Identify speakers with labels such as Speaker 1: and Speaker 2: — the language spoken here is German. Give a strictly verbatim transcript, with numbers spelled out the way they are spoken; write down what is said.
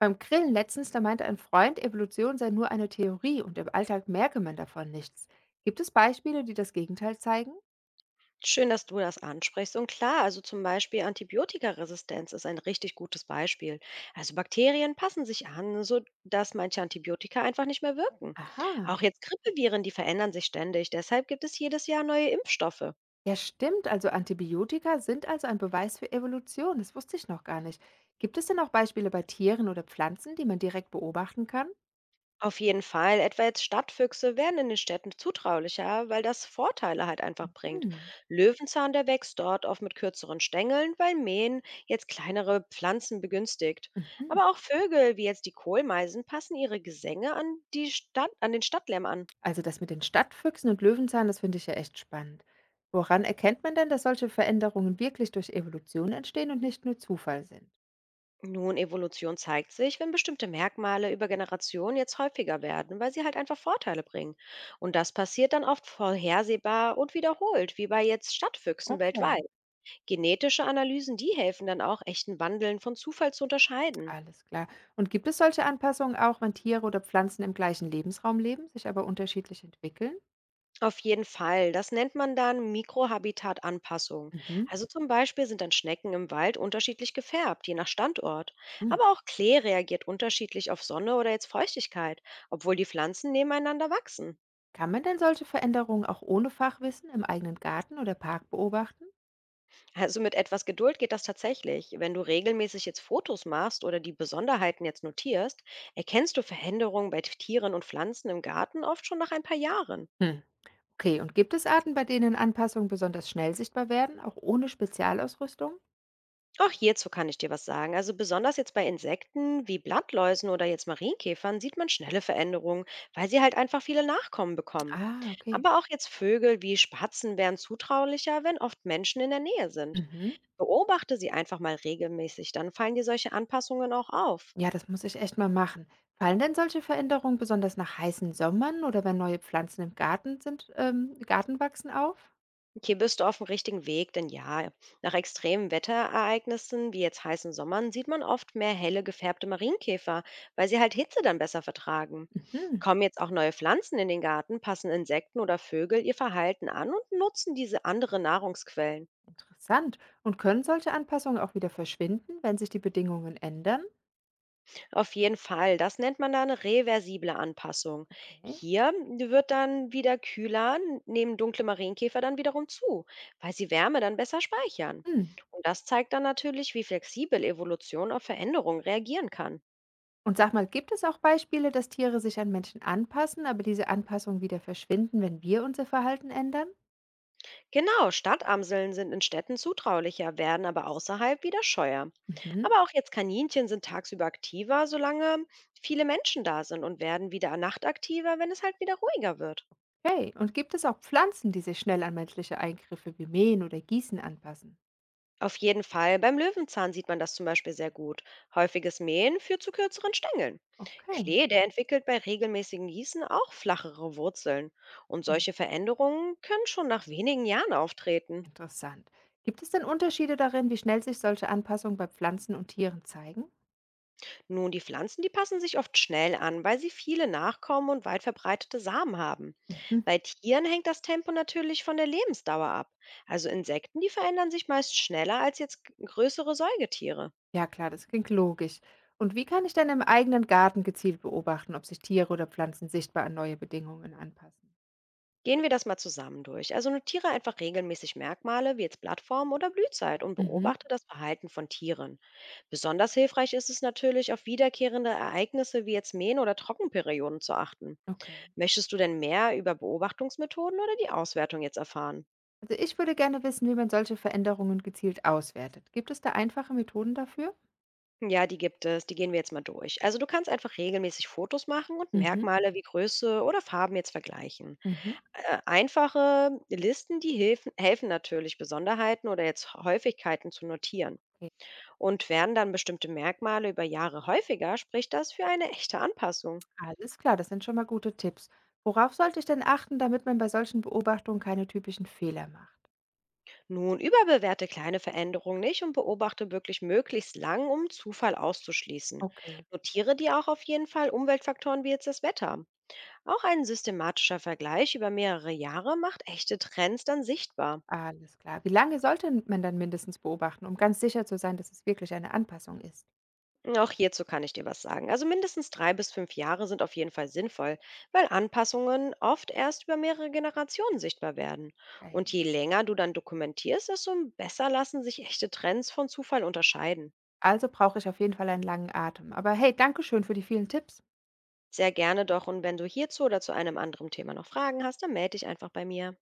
Speaker 1: Beim Grillen letztens, da meinte ein Freund, Evolution sei nur eine Theorie und im Alltag merke man davon nichts. Gibt es Beispiele, die das Gegenteil zeigen?
Speaker 2: Schön, dass du das ansprichst. Und klar, also zum Beispiel Antibiotikaresistenz ist ein richtig gutes Beispiel. Also Bakterien passen sich an, so dass manche Antibiotika einfach nicht mehr wirken.
Speaker 1: Aha,
Speaker 2: Auch jetzt Grippeviren, die verändern sich ständig. Deshalb gibt es jedes Jahr neue Impfstoffe.
Speaker 1: ja stimmt, also Antibiotika sind also ein Beweis für Evolution, das wusste ich noch gar nicht. Gibt es denn auch Beispiele bei Tieren oder Pflanzen, die man direkt beobachten kann?
Speaker 2: Auf jeden Fall. Etwa jetzt Stadtfüchse werden in den Städten zutraulicher, weil das Vorteile halt einfach bringt.
Speaker 1: Hm.
Speaker 2: Löwenzahn, der wächst dort oft mit kürzeren Stängeln, weil Mähen jetzt kleinere Pflanzen begünstigt.
Speaker 1: Mhm.
Speaker 2: Aber auch Vögel, wie jetzt die Kohlmeisen, passen ihre Gesänge an, die Stadt, an den Stadtlärm an.
Speaker 1: Also das mit den Stadtfüchsen und Löwenzahn, das finde ich ja echt spannend. Woran erkennt man denn, dass solche Veränderungen wirklich durch Evolution entstehen und nicht nur Zufall sind?
Speaker 2: Nun, Evolution zeigt sich, wenn bestimmte Merkmale über Generationen jetzt häufiger werden, weil sie halt einfach Vorteile bringen. Und das passiert dann oft vorhersehbar und wiederholt, wie bei jetzt Stadtfüchsen
Speaker 1: Okay.
Speaker 2: weltweit. Genetische Analysen, die helfen dann auch, echten Wandeln von Zufall zu unterscheiden.
Speaker 1: Alles klar. Und gibt es solche Anpassungen auch, wenn Tiere oder Pflanzen im gleichen Lebensraum leben, sich aber unterschiedlich entwickeln?
Speaker 2: Auf jeden Fall. Das nennt man dann Mikrohabitatanpassung.
Speaker 1: Mhm.
Speaker 2: Also zum Beispiel sind dann Schnecken im Wald unterschiedlich gefärbt, je nach Standort.
Speaker 1: Hm.
Speaker 2: Aber auch Klee reagiert unterschiedlich auf Sonne oder jetzt Feuchtigkeit, obwohl die Pflanzen nebeneinander wachsen.
Speaker 1: Kann man denn solche Veränderungen auch ohne Fachwissen im eigenen Garten oder Park beobachten?
Speaker 2: Also mit etwas Geduld geht das tatsächlich. Wenn du regelmäßig jetzt Fotos machst oder die Besonderheiten jetzt notierst, erkennst du Veränderungen bei Tieren und Pflanzen im Garten oft schon nach ein paar Jahren.
Speaker 1: Hm. Okay, und gibt es Arten, bei denen Anpassungen besonders schnell sichtbar werden, auch ohne Spezialausrüstung?
Speaker 2: Auch hierzu kann ich dir was sagen. Also besonders jetzt bei Insekten wie Blattläusen oder jetzt Marienkäfern sieht man schnelle Veränderungen, weil sie halt einfach viele Nachkommen bekommen.
Speaker 1: Ah, okay.
Speaker 2: Aber auch jetzt Vögel wie Spatzen wären zutraulicher, wenn oft Menschen in der Nähe sind.
Speaker 1: Mhm.
Speaker 2: Beobachte sie einfach mal regelmäßig, dann fallen dir solche Anpassungen auch auf.
Speaker 1: Ja, das muss ich echt mal machen. Fallen denn solche Veränderungen besonders nach heißen Sommern oder wenn neue Pflanzen im Garten sind, ähm, Garten wachsen auf?
Speaker 2: Hier bist du auf dem richtigen Weg, denn ja, nach extremen Wetterereignissen, wie jetzt heißen Sommern, sieht man oft mehr helle gefärbte Marienkäfer, weil sie halt Hitze dann besser vertragen.
Speaker 1: Mhm.
Speaker 2: Kommen jetzt auch neue Pflanzen in den Garten, passen Insekten oder Vögel ihr Verhalten an und nutzen diese andere Nahrungsquellen.
Speaker 1: Interessant. Und können solche Anpassungen auch wieder verschwinden, wenn sich die Bedingungen ändern?
Speaker 2: Auf jeden Fall. Das nennt man dann reversible Anpassung.
Speaker 1: Okay.
Speaker 2: Hier wird dann wieder kühler, n- nehmen dunkle Marienkäfer dann wiederum zu, weil sie Wärme dann besser speichern.
Speaker 1: Hm.
Speaker 2: Und das zeigt dann natürlich, wie flexibel Evolution auf Veränderungen reagieren kann.
Speaker 1: Und sag mal, gibt es auch Beispiele, dass Tiere sich an Menschen anpassen, aber diese Anpassungen wieder verschwinden, wenn wir unser Verhalten ändern?
Speaker 2: Genau, Stadtamseln sind in Städten zutraulicher, werden aber außerhalb wieder scheuer.
Speaker 1: Mhm.
Speaker 2: Aber auch jetzt Kaninchen sind tagsüber aktiver, solange viele Menschen da sind und werden wieder nachtaktiver, wenn es halt wieder ruhiger wird.
Speaker 1: Okay. Und gibt es auch Pflanzen, die sich schnell an menschliche Eingriffe wie Mähen oder Gießen anpassen?
Speaker 2: Auf jeden Fall. Beim Löwenzahn sieht man das zum Beispiel sehr gut. Häufiges Mähen führt zu kürzeren Stängeln.
Speaker 1: Okay.
Speaker 2: Klee, der entwickelt bei regelmäßigen Gießen auch flachere Wurzeln. Und
Speaker 1: Hm.
Speaker 2: solche Veränderungen können schon nach wenigen Jahren auftreten.
Speaker 1: Interessant. Gibt es denn Unterschiede darin, wie schnell sich solche Anpassungen bei Pflanzen und Tieren zeigen?
Speaker 2: Nun, die Pflanzen, die passen sich oft schnell an, weil sie viele Nachkommen und weit verbreitete Samen haben.
Speaker 1: Mhm.
Speaker 2: Bei Tieren hängt das Tempo natürlich von der Lebensdauer ab. Also Insekten, die verändern sich meist schneller als jetzt größere Säugetiere.
Speaker 1: Ja klar, das klingt logisch. Und wie kann ich denn im eigenen Garten gezielt beobachten, ob sich Tiere oder Pflanzen sichtbar an neue Bedingungen anpassen?
Speaker 2: Gehen wir das mal zusammen durch. Also notiere einfach regelmäßig Merkmale wie jetzt Blattform oder Blühzeit und
Speaker 1: Mhm.
Speaker 2: beobachte das Verhalten von Tieren. Besonders hilfreich ist es natürlich, auf wiederkehrende Ereignisse wie jetzt Mähen oder Trockenperioden zu achten.
Speaker 1: Okay.
Speaker 2: Möchtest du denn mehr über Beobachtungsmethoden oder die Auswertung jetzt erfahren?
Speaker 1: Also ich würde gerne wissen, wie man solche Veränderungen gezielt auswertet. Gibt es da einfache Methoden dafür?
Speaker 2: Ja, die gibt es. Die gehen wir jetzt mal durch. Also du kannst einfach regelmäßig Fotos machen und
Speaker 1: Mhm.
Speaker 2: Merkmale wie Größe oder Farben jetzt vergleichen.
Speaker 1: Mhm.
Speaker 2: Äh, Einfache Listen, die helfen, helfen natürlich, Besonderheiten oder jetzt Häufigkeiten zu notieren.
Speaker 1: Okay.
Speaker 2: Und werden dann bestimmte Merkmale über Jahre häufiger, spricht das für eine echte Anpassung.
Speaker 1: Alles klar, das sind schon mal gute Tipps. Worauf sollte ich denn achten, damit man bei solchen Beobachtungen keine typischen Fehler macht?
Speaker 2: Nun überbewerte kleine Veränderungen nicht und beobachte wirklich möglichst lang, um Zufall auszuschließen.
Speaker 1: Okay,
Speaker 2: Notiere dir auch auf jeden Fall Umweltfaktoren wie jetzt das Wetter. Auch ein systematischer Vergleich über mehrere Jahre macht echte Trends dann sichtbar.
Speaker 1: alles klar. Wie lange sollte man dann mindestens beobachten, um ganz sicher zu sein, dass es wirklich eine Anpassung ist?
Speaker 2: Auch hierzu kann ich dir was sagen. Also mindestens drei bis fünf Jahre sind auf jeden Fall sinnvoll, weil Anpassungen oft erst über mehrere Generationen sichtbar werden. Und
Speaker 1: Okay.
Speaker 2: je länger du dann dokumentierst, desto besser lassen sich echte Trends von Zufall unterscheiden.
Speaker 1: Also brauche ich auf jeden Fall einen langen Atem. Aber hey, danke schön für die vielen Tipps.
Speaker 2: Sehr gerne doch. Und wenn du hierzu oder zu einem anderen Thema noch Fragen hast, dann melde dich einfach bei mir.